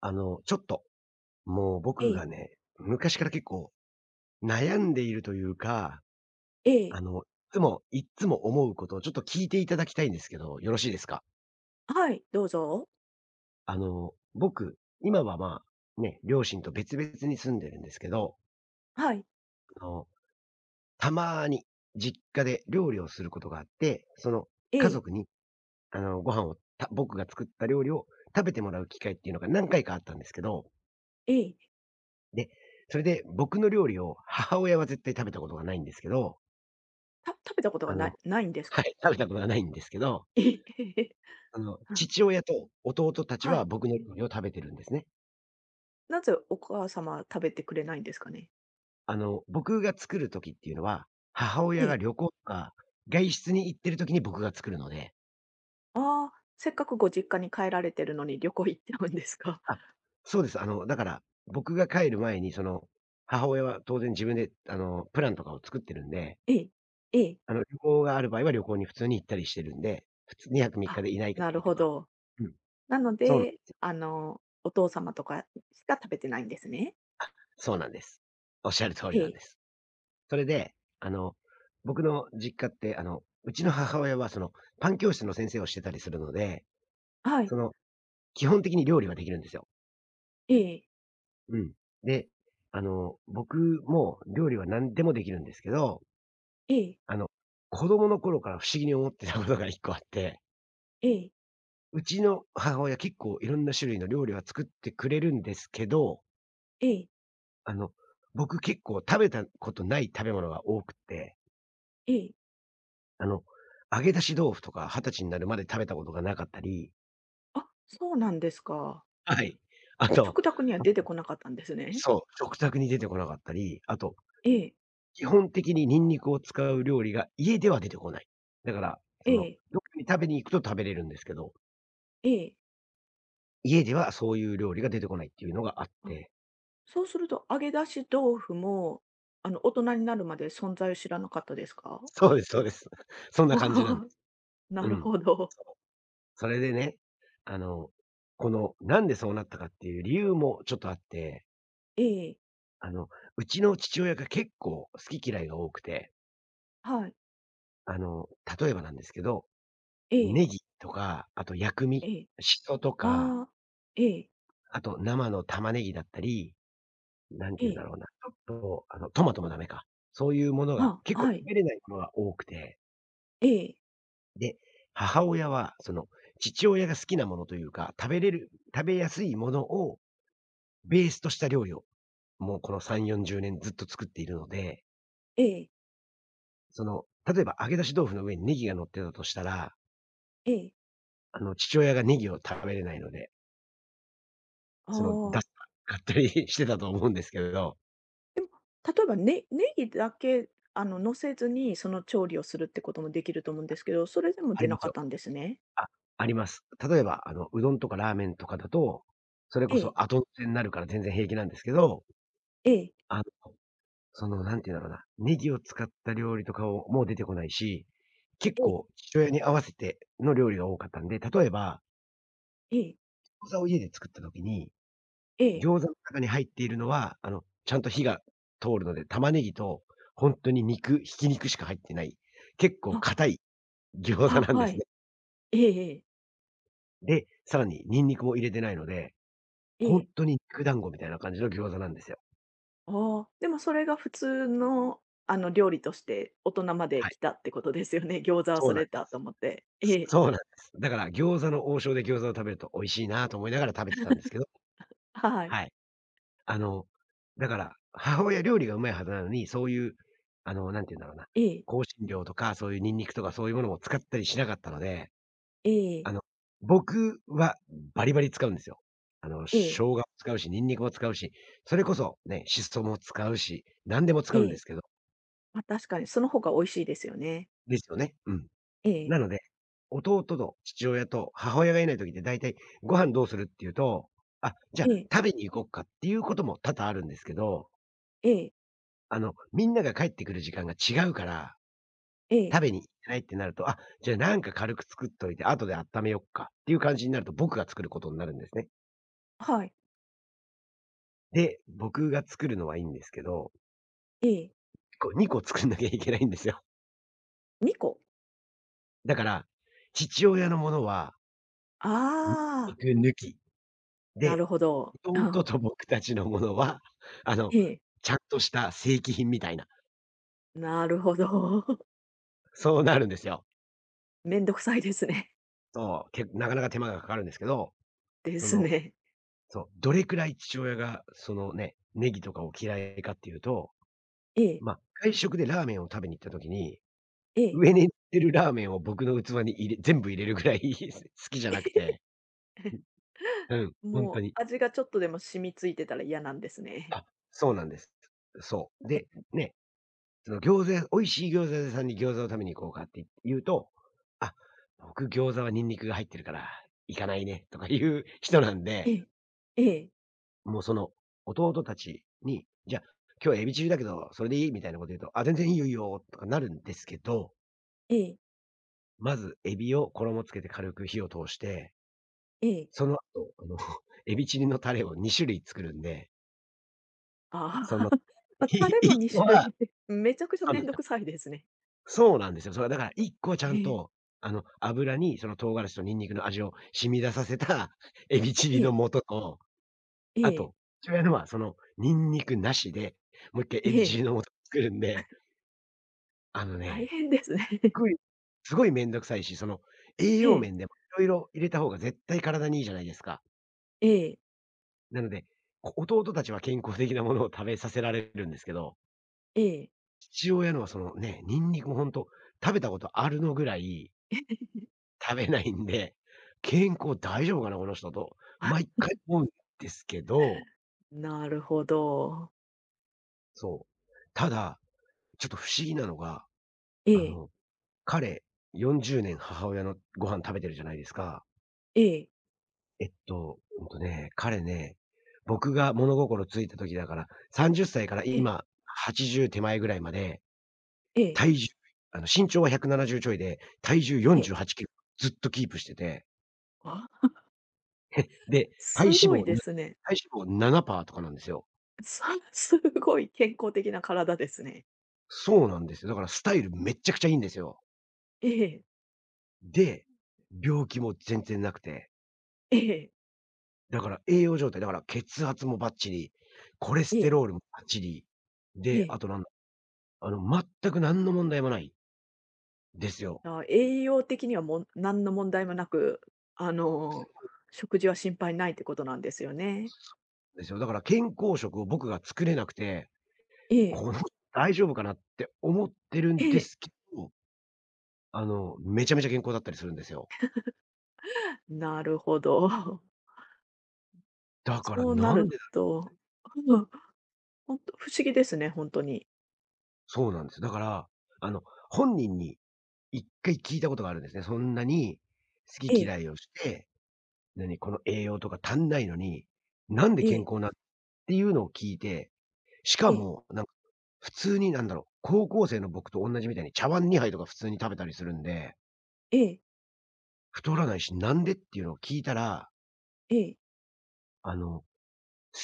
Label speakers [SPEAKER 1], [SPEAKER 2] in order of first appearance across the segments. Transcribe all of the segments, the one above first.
[SPEAKER 1] ちょっと、もう
[SPEAKER 2] え
[SPEAKER 1] 僕
[SPEAKER 2] え、
[SPEAKER 1] がね、昔から結構悩んでいるというか、
[SPEAKER 2] ええ、
[SPEAKER 1] いつも、いっつも思うことをちょっと聞いていただきたいんですけど、よろしいですか？
[SPEAKER 2] はい、どうぞ。
[SPEAKER 1] 僕、今は、まあ、ね、両親と別々に住んでるんですけど、
[SPEAKER 2] はい、
[SPEAKER 1] あの、たまに実家で料理をすることがあって、その、
[SPEAKER 2] え
[SPEAKER 1] 家
[SPEAKER 2] え、
[SPEAKER 1] 族に、ご飯を、た僕が作った料理を食べてもらう機会っていうのが何回かあったんですけど、
[SPEAKER 2] ええ、
[SPEAKER 1] で、それで僕の料理を母親は絶対食べたことがないんですけど、
[SPEAKER 2] 食べたことが
[SPEAKER 1] あ
[SPEAKER 2] ない
[SPEAKER 1] の
[SPEAKER 2] ないんです
[SPEAKER 1] は
[SPEAKER 2] か？
[SPEAKER 1] い、食べたことはないんですけど、
[SPEAKER 2] ええ、ええええ。
[SPEAKER 1] 父親と弟たち
[SPEAKER 2] はい。
[SPEAKER 1] は僕の料理を食べてるんですね。
[SPEAKER 2] なぜお母様は食べてくれないんですかね？
[SPEAKER 1] 僕が作る時っていうのは、母
[SPEAKER 2] え
[SPEAKER 1] 親が
[SPEAKER 2] え、
[SPEAKER 1] 旅行とか、外出に行ってる時に僕が作るので。
[SPEAKER 2] ああ、せっかくご実家に帰られてるのに旅行行っちゃうんですか？
[SPEAKER 1] あ、そうです。だから、僕が帰る前に、その、母親は当然自分で、プランとかを作ってるんで、
[SPEAKER 2] ええ、ええ、
[SPEAKER 1] 旅行がある場合は旅行に普通に行ったりしてるんで、2泊3
[SPEAKER 2] あ、
[SPEAKER 1] 日でいないと
[SPEAKER 2] なるほ
[SPEAKER 1] か。
[SPEAKER 2] ど。
[SPEAKER 1] うん、
[SPEAKER 2] なの
[SPEAKER 1] そうなんで
[SPEAKER 2] で、
[SPEAKER 1] すよ。
[SPEAKER 2] お父様とかしか食べてないんですね。
[SPEAKER 1] そうなんです。おっしゃる通り
[SPEAKER 2] え
[SPEAKER 1] なん
[SPEAKER 2] え、
[SPEAKER 1] です。それで、あの、僕の実家って、うちの母親はその、パン教室の先生をしてたりするので、
[SPEAKER 2] はい、
[SPEAKER 1] その、基本的に料理はできるんですよ。
[SPEAKER 2] ええ、
[SPEAKER 1] うん。で、僕も料理は何でもできるんですけど、
[SPEAKER 2] ええ、
[SPEAKER 1] あの、子供の頃から不思議に思ってたことが1個あって、
[SPEAKER 2] ええ、
[SPEAKER 1] うちの母親結構いろんな種類の料理は作ってくれるんですけど、
[SPEAKER 2] ええ、
[SPEAKER 1] あの、僕結構食べたことない食べ物が多くって、
[SPEAKER 2] ええ。
[SPEAKER 1] あの、揚げ出し豆腐とか20歳になるまで食べたことがなかったり、
[SPEAKER 2] あ、そうなんですか。
[SPEAKER 1] はい。あと
[SPEAKER 2] 食卓には
[SPEAKER 1] あ
[SPEAKER 2] 出て
[SPEAKER 1] と
[SPEAKER 2] こなかったんですね。
[SPEAKER 1] そう、食卓に出てこなかったり、あと、
[SPEAKER 2] ええ、
[SPEAKER 1] 基本的にニンニクを使う料理が家では出てこない。だから、
[SPEAKER 2] え
[SPEAKER 1] その、
[SPEAKER 2] え、
[SPEAKER 1] どっかに食べに行くと食べれるんですけど、
[SPEAKER 2] ええ。
[SPEAKER 1] 家ではそういう料理が出てこないっていうのがあっ
[SPEAKER 2] あ、
[SPEAKER 1] て、
[SPEAKER 2] そうすると、揚げ出し豆腐も、大人になるまで存在を知らなかったですか？
[SPEAKER 1] そうです、そうです。そんな
[SPEAKER 2] お
[SPEAKER 1] 感じなんで
[SPEAKER 2] お、
[SPEAKER 1] す。
[SPEAKER 2] な
[SPEAKER 1] う
[SPEAKER 2] る
[SPEAKER 1] ん。
[SPEAKER 2] ほど。
[SPEAKER 1] そう。それでね、あの、この、なんでそうなったかっていう理由もちょっとあって、
[SPEAKER 2] ええ、
[SPEAKER 1] あの、うちの父親が結構好き嫌いが多くて、
[SPEAKER 2] はい、
[SPEAKER 1] あの、例えばなんですけど、
[SPEAKER 2] ええ、
[SPEAKER 1] ネギとか、あと薬味、
[SPEAKER 2] ええ。
[SPEAKER 1] シソとか、
[SPEAKER 2] ああ、ええ、
[SPEAKER 1] あと生の玉ねぎだったり、なんて
[SPEAKER 2] え
[SPEAKER 1] 言うん
[SPEAKER 2] え、
[SPEAKER 1] だろうな、ちょっと、トマトもダメか。そういうものが、
[SPEAKER 2] あ、
[SPEAKER 1] 結構
[SPEAKER 2] はい、
[SPEAKER 1] 食べれないものが多くて、
[SPEAKER 2] ええ、
[SPEAKER 1] で、母親は、その、父親が好きなものというか、食べやすいものをベースとした料理を、もうこの3、40年ずっと作っているので、
[SPEAKER 2] ええ、
[SPEAKER 1] その、例えば揚げ出し豆腐の上にネギが乗ってたとしたら、
[SPEAKER 2] ええ。
[SPEAKER 1] 父親がネギを食べれないので、
[SPEAKER 2] あ
[SPEAKER 1] その、
[SPEAKER 2] あ、
[SPEAKER 1] 買ったりしてたと思うんですけど、
[SPEAKER 2] でも、例えば、ネギだけ、乗せずに、その調理をするってこともできると思うんですけど、それでも
[SPEAKER 1] あ
[SPEAKER 2] 出
[SPEAKER 1] りま
[SPEAKER 2] な
[SPEAKER 1] す
[SPEAKER 2] かっ
[SPEAKER 1] よ。
[SPEAKER 2] たんですね。
[SPEAKER 1] あ、あります。例えば、うどんとかラーメンとかだと、それこ
[SPEAKER 2] ええ、
[SPEAKER 1] そ後乗せになるから全然平気なんですけど、
[SPEAKER 2] ええ、
[SPEAKER 1] あの、その、なんて言うんだろうな、ネギを使った料理とかをもう出てこないし、結
[SPEAKER 2] ええ、
[SPEAKER 1] 構父親に合わせての料理が多かったんで、例えば、
[SPEAKER 2] ええ、
[SPEAKER 1] 餃子を家で作った時に、
[SPEAKER 2] ええ。
[SPEAKER 1] 餃子の中に入っているのは、ちゃんと火が通るので、玉ねぎと、ほんとにひき肉しか入ってない、結構
[SPEAKER 2] あ、
[SPEAKER 1] 硬い餃子
[SPEAKER 2] あ、
[SPEAKER 1] なんで
[SPEAKER 2] は
[SPEAKER 1] す
[SPEAKER 2] い。
[SPEAKER 1] ね。
[SPEAKER 2] ええええ。
[SPEAKER 1] で、さらにニンニクも入れてないので、
[SPEAKER 2] え
[SPEAKER 1] ほん
[SPEAKER 2] え。
[SPEAKER 1] とに肉団子みたいな感じの餃子なんですよ。
[SPEAKER 2] ああ、でもそれが普通の、料理として大人まで
[SPEAKER 1] は
[SPEAKER 2] 来
[SPEAKER 1] い。
[SPEAKER 2] たってことですよね。餃子は
[SPEAKER 1] そう
[SPEAKER 2] そ
[SPEAKER 1] なん
[SPEAKER 2] れ
[SPEAKER 1] で
[SPEAKER 2] だと
[SPEAKER 1] す。
[SPEAKER 2] 思って。ええ。
[SPEAKER 1] そうなんです。だから餃子の王将で餃子を食べると美味しいなと思いながら食べてたんですけど、
[SPEAKER 2] はい。
[SPEAKER 1] はい。あの、だから、母親料理がうまいはずなのに、そういう、なんて言うんだろうな、
[SPEAKER 2] ええ。
[SPEAKER 1] 香辛料とか、そういうニンニクとかそういうものも使ったりしなかったので、
[SPEAKER 2] ええ。
[SPEAKER 1] あの、僕はバリバリ使うんですよ。生
[SPEAKER 2] ええ。
[SPEAKER 1] 姜も使うし、ニンニクも使うし、それこそね、シソも使うし、何でも使うん
[SPEAKER 2] え
[SPEAKER 1] で
[SPEAKER 2] え。
[SPEAKER 1] すけど、
[SPEAKER 2] ま、確かにその方が美味しいですよね。
[SPEAKER 1] ですよね。うん。
[SPEAKER 2] ええ。
[SPEAKER 1] なので、弟と父親と母親がいない時って大体「ご飯どうする？」って言うと「あ、じゃあ
[SPEAKER 2] ええ。
[SPEAKER 1] 食べに行こっか」っていうことも多々あるんですけど、
[SPEAKER 2] ええ。
[SPEAKER 1] みんなが帰ってくる時間が違うから、
[SPEAKER 2] ええ。
[SPEAKER 1] 食べに行ってないってなると、あ、じゃあなんか軽く作っといて後で温めよっかっていう感じになると僕が作ることになるんですね。
[SPEAKER 2] はい。
[SPEAKER 1] で、僕が作るのはいいんですけど、
[SPEAKER 2] ええ。
[SPEAKER 1] こう2個作んなきゃいけないんですよ。
[SPEAKER 2] 2個。
[SPEAKER 1] だから、父親のものは、
[SPEAKER 2] ああ、
[SPEAKER 1] 肉抜き、
[SPEAKER 2] な
[SPEAKER 1] で、
[SPEAKER 2] るほど。
[SPEAKER 1] 弟
[SPEAKER 2] あ、
[SPEAKER 1] と僕たちのものは、あの、
[SPEAKER 2] ええ。
[SPEAKER 1] ちゃんとした正規品みたいな、
[SPEAKER 2] なるほど。
[SPEAKER 1] そうなるんですよ。
[SPEAKER 2] めんどくさいですね。
[SPEAKER 1] そう、なかなか手間がかかるんですけど、
[SPEAKER 2] で
[SPEAKER 1] そ
[SPEAKER 2] す
[SPEAKER 1] の、
[SPEAKER 2] ね。
[SPEAKER 1] そう、どれくらい父親が、そのね、ネギとかを嫌いかっていうと、
[SPEAKER 2] ええ。
[SPEAKER 1] ま、外食でラーメンを食べに行った時に、
[SPEAKER 2] ええ。
[SPEAKER 1] 上に行ってるラーメンを僕の器に全部入れるぐらい 好きじゃなくて、うん、ほんと
[SPEAKER 2] も
[SPEAKER 1] に。
[SPEAKER 2] う味がちょっとでも染みついてたら嫌なんですね。
[SPEAKER 1] あ、そうなんです。そう。で、ね、その餃子屋美味しい餃子屋さんに餃子を食べに行こうかって言うと、あ、僕餃子はニンニクが入ってるから、行かないねとかいう人なん
[SPEAKER 2] え
[SPEAKER 1] で、
[SPEAKER 2] え。ええ。
[SPEAKER 1] もうその、弟たちに、じゃあ、今日はエビ中だけど、それでいい？みたいなこと言うと、あ、全然いいよ、いいよとかなるんですけど、
[SPEAKER 2] ええ。
[SPEAKER 1] まずエビを衣つけて軽く火を通して、
[SPEAKER 2] ええ。
[SPEAKER 1] その後、エビチリのタレを2種類作るんで、
[SPEAKER 2] あ
[SPEAKER 1] そ
[SPEAKER 2] あ。
[SPEAKER 1] の、
[SPEAKER 2] まあ、タレも2
[SPEAKER 1] 1
[SPEAKER 2] 種類
[SPEAKER 1] は。
[SPEAKER 2] いいて、めちゃくちゃ
[SPEAKER 1] そう
[SPEAKER 2] め
[SPEAKER 1] なん
[SPEAKER 2] ん
[SPEAKER 1] で
[SPEAKER 2] ど
[SPEAKER 1] す。
[SPEAKER 2] くさいですね。
[SPEAKER 1] そうなんですよ。それはだから1個ちゃ
[SPEAKER 2] え
[SPEAKER 1] ん
[SPEAKER 2] え。
[SPEAKER 1] と、油にその唐辛子とニンニクの味を染み出させた エビチ
[SPEAKER 2] え
[SPEAKER 1] リの
[SPEAKER 2] え。
[SPEAKER 1] 素と、
[SPEAKER 2] え
[SPEAKER 1] あ
[SPEAKER 2] え。
[SPEAKER 1] と、父親のはそのニンニクなしで、もう一回エ
[SPEAKER 2] え
[SPEAKER 1] ビチ
[SPEAKER 2] え。
[SPEAKER 1] リの素作るんで、あの
[SPEAKER 2] 大
[SPEAKER 1] ね、
[SPEAKER 2] 変ですね。
[SPEAKER 1] すごいすごいめんどくさいし、その栄
[SPEAKER 2] え
[SPEAKER 1] 養
[SPEAKER 2] え。
[SPEAKER 1] 面でも色々入れた方が絶対体にいいじゃないですか。
[SPEAKER 2] ええ。
[SPEAKER 1] なので、弟たちは健康的なものを食べさせられるんですけど、
[SPEAKER 2] ええ。
[SPEAKER 1] 父親のはそのね、ニンニクもほんと、食べたことあるのぐらい 食べないんで、健康大丈夫かな、この人と、
[SPEAKER 2] あ、
[SPEAKER 1] 毎回思うんですけど、
[SPEAKER 2] なるほど。
[SPEAKER 1] そう。ただ、ちょっと不思議なのが、
[SPEAKER 2] え
[SPEAKER 1] あ
[SPEAKER 2] え。
[SPEAKER 1] の、彼、40年母親のご飯食べてるじゃないですか。
[SPEAKER 2] ええ。
[SPEAKER 1] 彼ね、僕が物心ついた時だから、30歳から
[SPEAKER 2] ええ。
[SPEAKER 1] 今、80手前ぐらいまで、
[SPEAKER 2] ええ。
[SPEAKER 1] 体重あの、身長は170ちょいで、体重
[SPEAKER 2] え
[SPEAKER 1] 48
[SPEAKER 2] え。
[SPEAKER 1] キロずっとキープしてて、
[SPEAKER 2] あ、
[SPEAKER 1] で、
[SPEAKER 2] すごいで
[SPEAKER 1] 肪な
[SPEAKER 2] すね。
[SPEAKER 1] 体脂肪7パーとかなんですよ。
[SPEAKER 2] さすごい健康的な体ですね。
[SPEAKER 1] そうなんですよ。だからスタイルめっちゃくちゃいいんですよ。
[SPEAKER 2] え
[SPEAKER 1] で、病気も全然なくて、
[SPEAKER 2] ええ。
[SPEAKER 1] だから栄養状態、だから血圧もバッチリ、コレ
[SPEAKER 2] え
[SPEAKER 1] ス
[SPEAKER 2] え。え
[SPEAKER 1] テロー
[SPEAKER 2] え。
[SPEAKER 1] ルもバッチリ、
[SPEAKER 2] え
[SPEAKER 1] で、あ
[SPEAKER 2] え。
[SPEAKER 1] となんだ、あの、全く何の問題もないですよ。
[SPEAKER 2] あ、栄養的には何の問題もなく、あの、食事は心配ないってことなんですよね。
[SPEAKER 1] ですよ。だから健康食を僕が作れなくて、
[SPEAKER 2] ええ、
[SPEAKER 1] この人大丈夫かなって思ってる
[SPEAKER 2] え
[SPEAKER 1] んで
[SPEAKER 2] え。
[SPEAKER 1] すけど、めちゃめちゃ健康だったりするんですよ。
[SPEAKER 2] なるほど。
[SPEAKER 1] だから
[SPEAKER 2] そうな
[SPEAKER 1] なん
[SPEAKER 2] る
[SPEAKER 1] でだ。
[SPEAKER 2] と、うん、ほんと不思議ですね、ほんとに。
[SPEAKER 1] そうなんですよ。だから、あの、本人に一回聞いたことがあるんですね。そんなに好
[SPEAKER 2] え
[SPEAKER 1] き
[SPEAKER 2] え、
[SPEAKER 1] 嫌いをして、なに、この栄養とか足んないのに、なんで
[SPEAKER 2] え
[SPEAKER 1] 健
[SPEAKER 2] え、
[SPEAKER 1] 康なっていうのを聞いて、しか
[SPEAKER 2] ええ、
[SPEAKER 1] も、なんか、普通になんだろう、高校生の僕とおんなじみたいに茶碗2杯とか普通に食べたりするんで、
[SPEAKER 2] ええ、
[SPEAKER 1] 太らないし、なんでっていうのを聞いたら、
[SPEAKER 2] ええ、
[SPEAKER 1] あの、好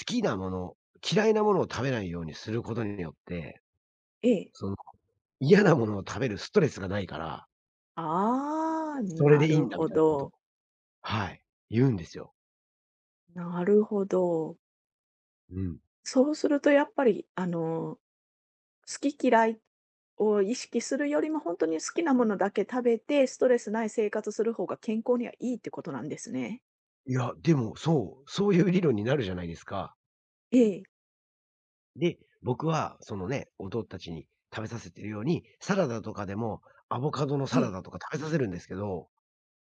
[SPEAKER 1] きなもの、嫌いなものを食べないようにすることによって、
[SPEAKER 2] ええ。
[SPEAKER 1] その、嫌なものを食べるストレスがないから、
[SPEAKER 2] ああ、
[SPEAKER 1] それ
[SPEAKER 2] な
[SPEAKER 1] でいい
[SPEAKER 2] る
[SPEAKER 1] んだみ
[SPEAKER 2] ほ
[SPEAKER 1] たいなことを、
[SPEAKER 2] ど。
[SPEAKER 1] はい、言うんですよ。
[SPEAKER 2] なるほど。
[SPEAKER 1] うん。
[SPEAKER 2] そうするとやっぱり、あの好き嫌いを意識するよりも、本当に好きなものだけ食べて、ストレスない生活する方が健康にはいいってことなんですね。
[SPEAKER 1] いや、でも、そう、そういう理論になるじゃないですか。
[SPEAKER 2] ええ、
[SPEAKER 1] で、僕はそのね、弟たちに食べさせてるように、サラダとかでもアボカドの
[SPEAKER 2] え
[SPEAKER 1] サラ
[SPEAKER 2] え、
[SPEAKER 1] ダとか食べさせるんですけど、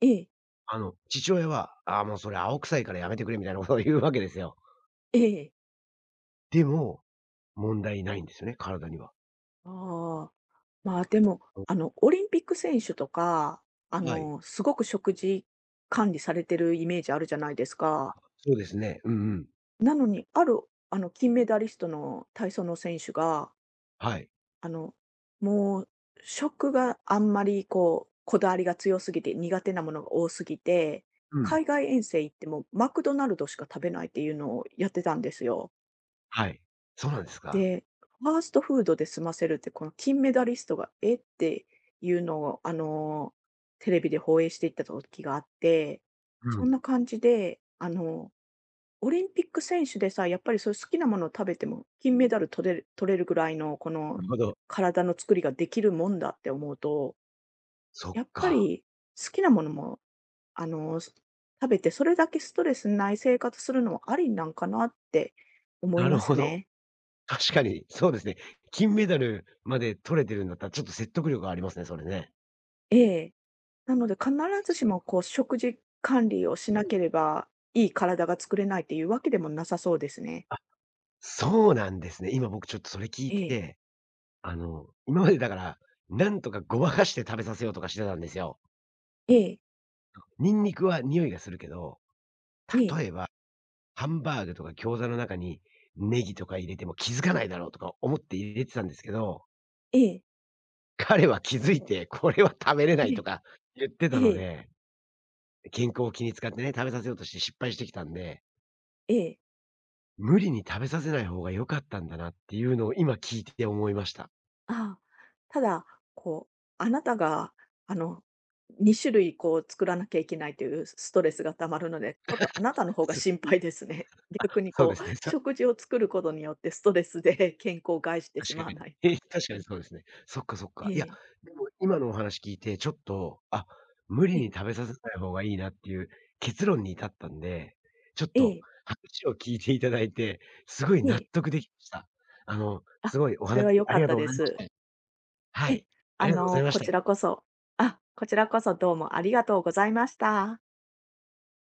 [SPEAKER 2] ええ、
[SPEAKER 1] 父親は、「ああ、もうそれ青臭いからやめてくれ」みたいなことを言うわけですよ。
[SPEAKER 2] ええ。
[SPEAKER 1] でも、問題ないんですよね、体には。
[SPEAKER 2] ああ、まあ、でも、
[SPEAKER 1] う
[SPEAKER 2] オリンピック選手とか、
[SPEAKER 1] ん、はい。
[SPEAKER 2] すごく食事管理されてるイメージあるじゃないですか。
[SPEAKER 1] そうですね。うんうん。
[SPEAKER 2] なのに、ある、金メダリストの体操の選手が
[SPEAKER 1] はい。
[SPEAKER 2] あの、もう、食があんまりこだわりが強すぎて、苦手なものが多すぎて、
[SPEAKER 1] うん。
[SPEAKER 2] 海外遠征行ってもマクドナルドしか食べないっていうのをやってたんですよ。
[SPEAKER 1] はい。そうなんですか。
[SPEAKER 2] で、ファーストフードで済ませるって、この金メダリストが、えっていうのを、テレビで放映していった時があって、
[SPEAKER 1] う
[SPEAKER 2] そ
[SPEAKER 1] ん。
[SPEAKER 2] んな感じで、あのオリンピック選手でさ、やっぱりそういう好きなものを食べても、金メダル取れるぐらいの、
[SPEAKER 1] なるほど。
[SPEAKER 2] 体の作りができるもんだって思うと、
[SPEAKER 1] そっ
[SPEAKER 2] やっぱ
[SPEAKER 1] か。
[SPEAKER 2] り好きなものも、あの、す食べて、それだけストレスない生活するのはありなんかなって思い
[SPEAKER 1] なる
[SPEAKER 2] ま
[SPEAKER 1] ほ
[SPEAKER 2] す
[SPEAKER 1] ど。
[SPEAKER 2] ね。
[SPEAKER 1] 確かに、そうですね。金メダルまで取れてるんだったら、ちょっと説得力ありますね、それね。
[SPEAKER 2] ええ。なので必ずしも、こう、食事管理をしな
[SPEAKER 1] うん。
[SPEAKER 2] ければ、いい体が作れないっていうわけでもなさそうですね。
[SPEAKER 1] あ、そうなんですね。今僕ちょっとそれ聞い
[SPEAKER 2] ええ。
[SPEAKER 1] て、今までだから、なんとかごまかして食べさせようとかしてたんですよ。
[SPEAKER 2] ええ。
[SPEAKER 1] ニンニクは匂いがするけど、
[SPEAKER 2] え
[SPEAKER 1] 例え
[SPEAKER 2] え。
[SPEAKER 1] ば、ハンバーグとか餃子の中にネギとか入れても気づかないだろうとか思って入れてたんですけど、
[SPEAKER 2] ええ。
[SPEAKER 1] 彼は気づいて、これは食べれない
[SPEAKER 2] え
[SPEAKER 1] と
[SPEAKER 2] え。
[SPEAKER 1] か言ってた
[SPEAKER 2] え
[SPEAKER 1] の
[SPEAKER 2] え。
[SPEAKER 1] で、健康を気に使ってね、食べさせようとして失敗してきたんで、
[SPEAKER 2] ええ。
[SPEAKER 1] 無理に食べさせない方が良かったんだなっていうのを今聞いて思いました。
[SPEAKER 2] ああ、ただ、こう、あなたが、あの、2種類こう作らなきゃいけないというストレスが溜まるので、ちょっとあなたの方が
[SPEAKER 1] す
[SPEAKER 2] 心配ですね。逆に
[SPEAKER 1] そう
[SPEAKER 2] こ
[SPEAKER 1] で
[SPEAKER 2] う、
[SPEAKER 1] すね。
[SPEAKER 2] 食事を作ることによってストレスで 健康を害してし
[SPEAKER 1] 確
[SPEAKER 2] ま
[SPEAKER 1] か
[SPEAKER 2] わ
[SPEAKER 1] に。
[SPEAKER 2] な いか。
[SPEAKER 1] え、確かにそうですね。そっかそっか。
[SPEAKER 2] え
[SPEAKER 1] いや、
[SPEAKER 2] え、
[SPEAKER 1] でも今のお話聞いてちょっと、あ、無理
[SPEAKER 2] ええ、
[SPEAKER 1] に食べさせない方がいいなっていう結論に至ったんで、ちょっ
[SPEAKER 2] え
[SPEAKER 1] と
[SPEAKER 2] え、
[SPEAKER 1] 話を聞いていただいて、すごい納
[SPEAKER 2] ええ。
[SPEAKER 1] 得できました。
[SPEAKER 2] あ、
[SPEAKER 1] すごいお
[SPEAKER 2] それは
[SPEAKER 1] 話
[SPEAKER 2] 良
[SPEAKER 1] あ
[SPEAKER 2] かっ
[SPEAKER 1] りが
[SPEAKER 2] た
[SPEAKER 1] とうご
[SPEAKER 2] で
[SPEAKER 1] ざいまし
[SPEAKER 2] す。
[SPEAKER 1] た。は
[SPEAKER 2] ええ、
[SPEAKER 1] い。ありがとうございまし
[SPEAKER 2] こ
[SPEAKER 1] た。
[SPEAKER 2] ちらこそこちらこそどうもありがとうございました。